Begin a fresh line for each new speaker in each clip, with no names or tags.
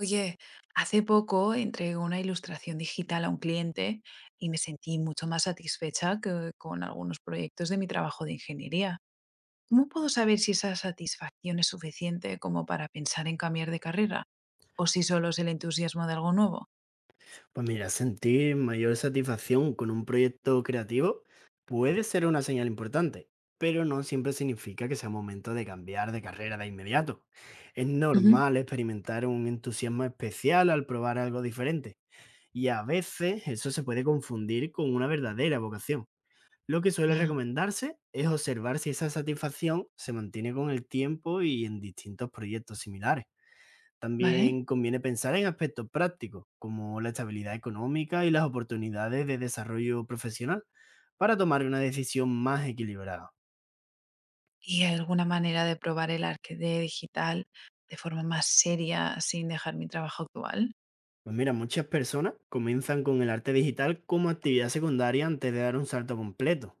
Oye, hace poco entregué una ilustración digital a un cliente y me sentí mucho más satisfecha que con algunos proyectos de mi trabajo de ingeniería. ¿Cómo puedo saber si esa satisfacción es suficiente como para pensar en cambiar de carrera? ¿O si solo es el entusiasmo de algo nuevo?
Pues mira, sentir mayor satisfacción con un proyecto creativo puede ser una señal importante, pero no siempre significa que sea momento de cambiar de carrera de inmediato. Es
Ujú.
normal experimentar un entusiasmo especial al probar algo diferente, y a veces eso se puede confundir con una verdadera vocación. Lo que suele
Ah,
recomendarse es observar si esa satisfacción se mantiene con el tiempo y en distintos proyectos similares.
¿vale?
También conviene pensar en aspectos prácticos, como la estabilidad económica y las oportunidades de desarrollo profesional, para tomar una decisión más equilibrada.
¿Y hay alguna manera de probar el arte de digital de forma más seria sin dejar mi trabajo actual?
Pues mira, muchas personas comienzan con el arte digital como actividad secundaria antes de dar un salto completo.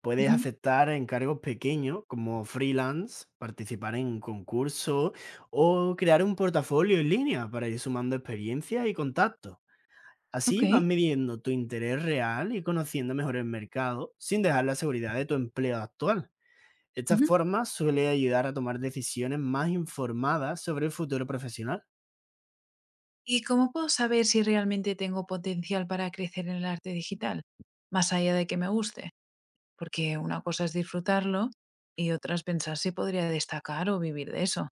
Puedes
Ujú,
aceptar encargos pequeños como freelance, participar en concursos o crear un portafolio en línea para ir sumando experiencia y contactos.
ok.
Así vas midiendo tu interés real y conociendo mejor el mercado sin dejar la seguridad de tu empleo actual. Esta
Ujú.
forma suele ayudar a tomar decisiones más informadas sobre el futuro profesional.
¿Y cómo puedo saber si realmente tengo potencial para crecer en el arte digital, más allá de que me guste? Porque una cosa es disfrutarlo y otra es pensar si podría destacar o vivir de eso.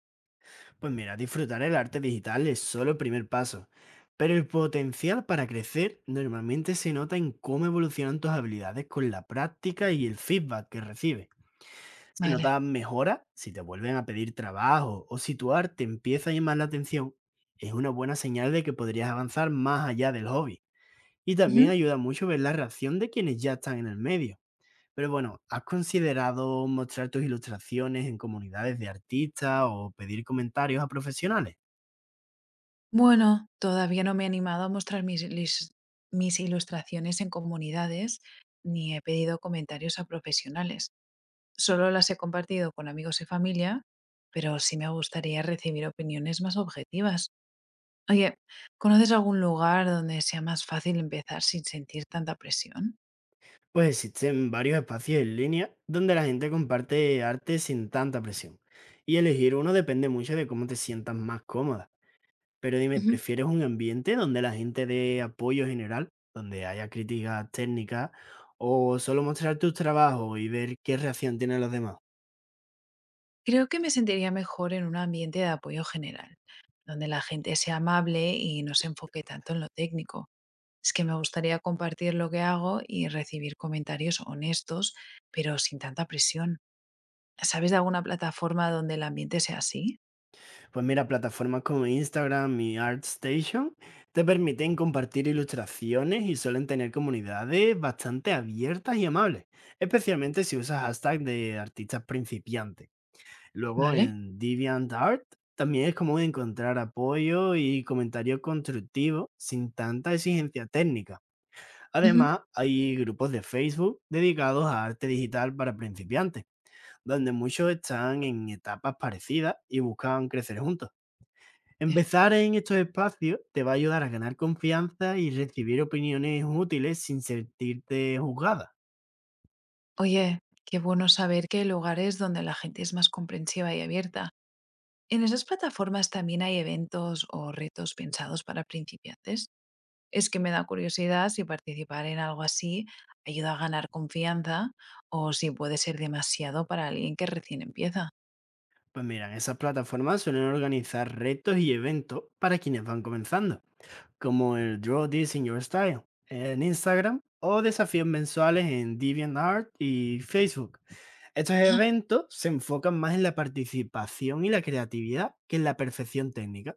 Pues mira, disfrutar el arte digital es solo el primer paso, pero el potencial para crecer normalmente se nota en cómo evolucionan tus habilidades con la práctica y el feedback que recibes. Si
Vale.
notas mejora, si te vuelven a pedir trabajo o situar te empieza a llamar la atención, es una buena señal de que podrías avanzar más allá del hobby. Y también
Ujú.
ayuda mucho ver la reacción de quienes ya están en el medio. Pero bueno, ¿has considerado mostrar tus ilustraciones en comunidades de artistas o pedir comentarios a profesionales?
Bueno, todavía no me he animado a mostrar mis ilustraciones en comunidades ni he pedido comentarios a profesionales. Solo las he compartido con amigos y familia, pero sí me gustaría recibir opiniones más objetivas. Oye, ¿conoces algún lugar donde sea más fácil empezar sin sentir tanta presión?
Pues existen varios espacios en línea donde la gente comparte arte sin tanta presión. Y elegir uno depende mucho de cómo te sientas más cómoda. Pero dime,
Ujú.
¿prefieres un ambiente donde la gente dé apoyo general, donde haya críticas técnicas, o solo mostrar tus trabajos y ver qué reacción tienen los demás?
Creo que me sentiría mejor en un ambiente de apoyo general, donde la gente sea amable y no se enfoque tanto en lo técnico. Es que me gustaría compartir lo que hago y recibir comentarios honestos, pero sin tanta presión. ¿Sabes de alguna plataforma donde el ambiente sea así?
Pues mira, plataformas como Instagram y ArtStation te permiten compartir ilustraciones y suelen tener comunidades bastante abiertas y amables, especialmente si usas hashtag de artistas principiantes. Luego
¿Vale?
en DeviantArt también es común encontrar apoyo y comentarios constructivos sin tanta exigencia técnica.
Ujú.
Además, hay grupos de Facebook dedicados a arte digital para principiantes, donde muchos están en etapas parecidas y buscan crecer juntos.
Bien.
Empezar en estos espacios te va a ayudar a ganar confianza y recibir opiniones útiles sin sentirte juzgada.
Oye, qué bueno saber que hay lugares donde la gente es más comprensiva y abierta. En esas plataformas también hay eventos o retos pensados para principiantes. Es que me da curiosidad si participar en algo así ayuda a ganar confianza o si puede ser demasiado para alguien que recién empieza.
Pues mira, en esas plataformas suelen organizar retos y eventos para quienes van comenzando, como el Draw This in Your Style en Instagram o desafíos mensuales en DeviantArt y Facebook. Estos
Ah,
eventos se enfocan más en la participación y la creatividad que en la perfección técnica,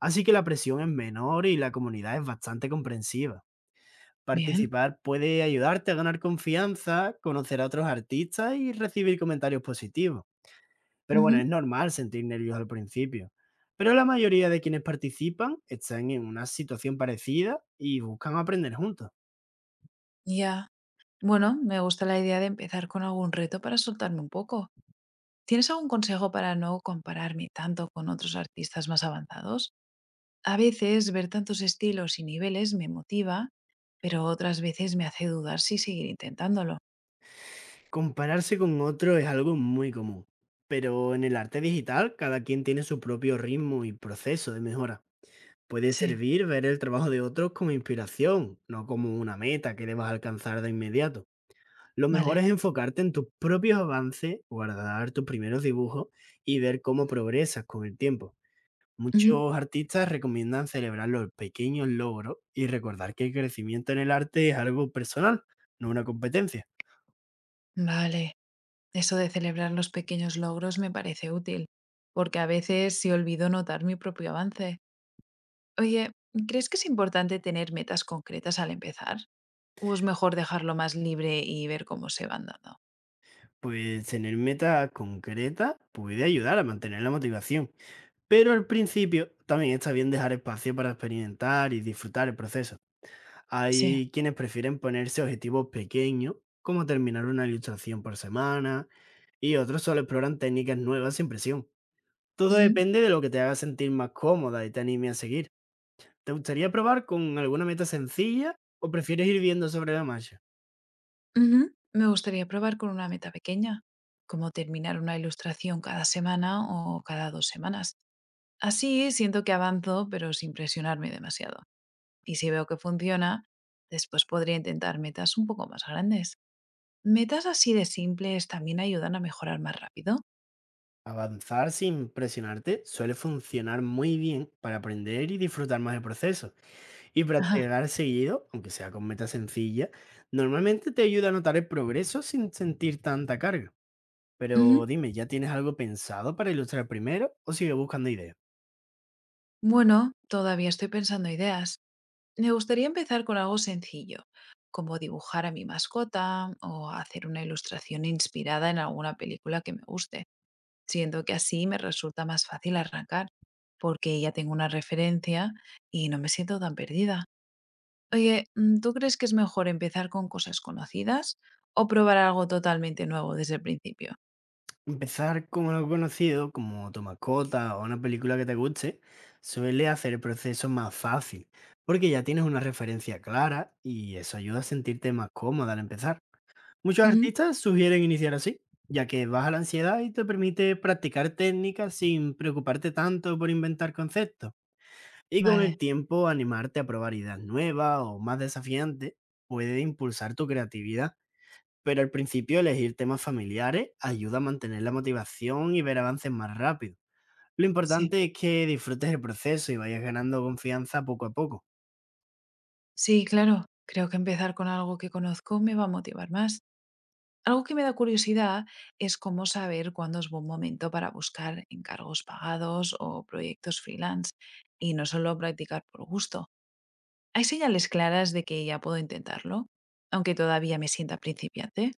así que la presión es menor y la comunidad es bastante comprensiva.
bien.
Participar puede ayudarte a ganar confianza, conocer a otros artistas y recibir comentarios positivos. Pero bueno,
Ujú.
es normal sentir nervios al principio. Pero la mayoría de quienes participan están en una situación parecida y buscan aprender juntos.
Ya. Bueno, me gusta la idea de empezar con algún reto para soltarme un poco. ¿Tienes algún consejo para no compararme tanto con otros artistas más avanzados? A veces ver tantos estilos y niveles me motiva, pero otras veces me hace dudar si seguir intentándolo.
Compararse con otro es algo muy común. Pero en el arte digital, cada quien tiene su propio ritmo y proceso de mejora. Puede
Sí,
servir ver el trabajo de otros como inspiración, no como una meta que debas alcanzar de inmediato. Lo mejor
vale.
es enfocarte en tus propios avances, guardar tus primeros dibujos y ver cómo progresas con el tiempo.
Ujú.
Muchos artistas recomiendan celebrar los pequeños logros y recordar que el crecimiento en el arte es algo personal, no una competencia.
Vale, eso de celebrar los pequeños logros me parece útil, porque a veces sí olvido notar mi propio avance. Oye, ¿crees que es importante tener metas concretas al empezar? ¿O es mejor dejarlo más libre y ver cómo se van dando?
Pues tener metas concretas puede ayudar a mantener la motivación, pero al principio también está bien dejar espacio para experimentar y disfrutar el proceso.
Sí.
Hay quienes prefieren ponerse objetivos pequeños, como terminar una ilustración por semana, y otros solo exploran técnicas nuevas sin presión. Todo
Ujú.
depende de lo que te haga sentir más cómoda y te anime a seguir. ¿Te gustaría probar con alguna meta sencilla o prefieres ir viendo sobre la marcha?
Ujú. Me gustaría probar con una meta pequeña, como terminar una ilustración cada semana o cada dos semanas. Así siento que avanzo, pero sin presionarme demasiado. Y si veo que funciona, después podría intentar metas un poco más grandes. Metas así de simples también ayudan a mejorar más rápido.
Avanzar sin presionarte suele funcionar muy bien para aprender y disfrutar más del proceso. Y
Ajá.
practicar seguido, aunque sea con metas sencillas, normalmente te ayuda a notar el progreso sin sentir tanta carga.
Ujú.
Pero dime, ¿ya tienes algo pensado para ilustrar primero o sigue buscando ideas?
Bueno, todavía estoy pensando ideas. Me gustaría empezar con algo sencillo, como dibujar a mi mascota o hacer una ilustración inspirada en alguna película que me guste. Siento que así me resulta más fácil arrancar, porque ya tengo una referencia y no me siento tan perdida. Oye, ¿tú crees que es mejor empezar con cosas conocidas o probar algo totalmente nuevo desde el principio?
Empezar con algo conocido, como tu mascota o una película que te guste, suele hacer el proceso más fácil, porque ya tienes una referencia clara y eso ayuda a sentirte más cómoda al empezar. Muchos
Ujú.
artistas sugieren iniciar así, ya que baja la ansiedad y te permite practicar técnicas sin preocuparte tanto por inventar conceptos. Y con
Vale,
el tiempo, animarte a probar ideas nuevas o más desafiantes puede impulsar tu creatividad, pero al principio elegir temas familiares ayuda a mantener la motivación y ver avances más rápido. Lo
sí.
importante es que disfrutes el proceso y vayas ganando confianza poco a poco.
Sí, claro. Creo que empezar con algo que conozco me va a motivar más. Algo que me da curiosidad es cómo saber cuándo es buen momento para buscar encargos pagados o proyectos freelance y no solo practicar por gusto. Hay señales claras de que ya puedo intentarlo, aunque todavía me sienta principiante.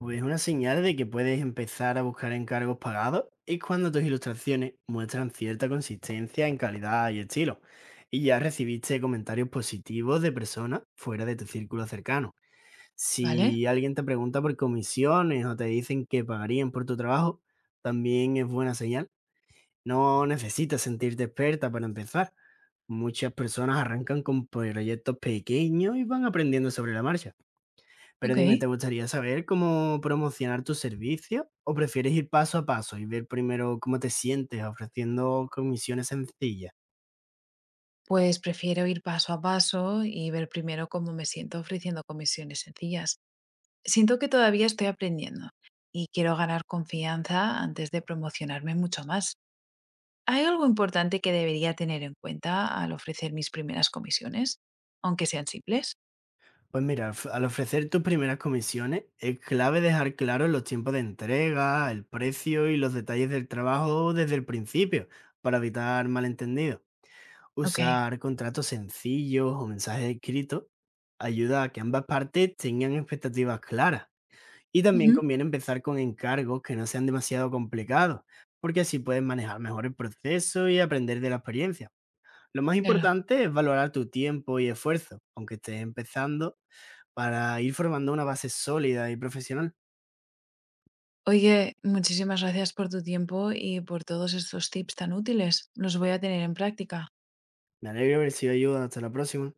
Pues una señal de que puedes empezar a buscar encargos pagados es cuando tus ilustraciones muestran cierta consistencia en calidad y estilo, y ya recibiste comentarios positivos de personas fuera de tu círculo cercano.
Vale,
Si alguien te pregunta por comisiones o te dicen que pagarían por tu trabajo, también es buena señal. No necesitas sentirte experta para empezar. Muchas personas arrancan con proyectos pequeños y van aprendiendo sobre la marcha. Pero
ok.
dime, ¿te gustaría saber cómo promocionar tu servicio? ¿O prefieres ir paso a paso y ver primero cómo te sientes ofreciendo comisiones sencillas?
Pues prefiero ir paso a paso y ver primero cómo me siento ofreciendo comisiones sencillas. Siento que todavía estoy aprendiendo y quiero ganar confianza antes de promocionarme mucho más. ¿Hay algo importante que debería tener en cuenta al ofrecer mis primeras comisiones, aunque sean simples?
Pues mira, al ofrecer tus primeras comisiones, es clave dejar claros los tiempos de entrega, el precio y los detalles del trabajo desde el principio, para evitar malentendidos.
Ok.
Usar contratos sencillos o mensajes escritos ayuda a que ambas partes tengan expectativas claras. Y también
Ujú,
conviene empezar con encargos que no sean demasiado complicados, porque así puedes manejar mejor el proceso y aprender de la experiencia. Lo más
claro.
importante es valorar tu tiempo y esfuerzo, aunque estés empezando, para ir formando una base sólida y profesional.
Oye, muchísimas gracias por tu tiempo y por todos estos tips tan útiles. Los voy a tener en práctica.
Me alegro de haber sido de ayuda. Hasta la próxima.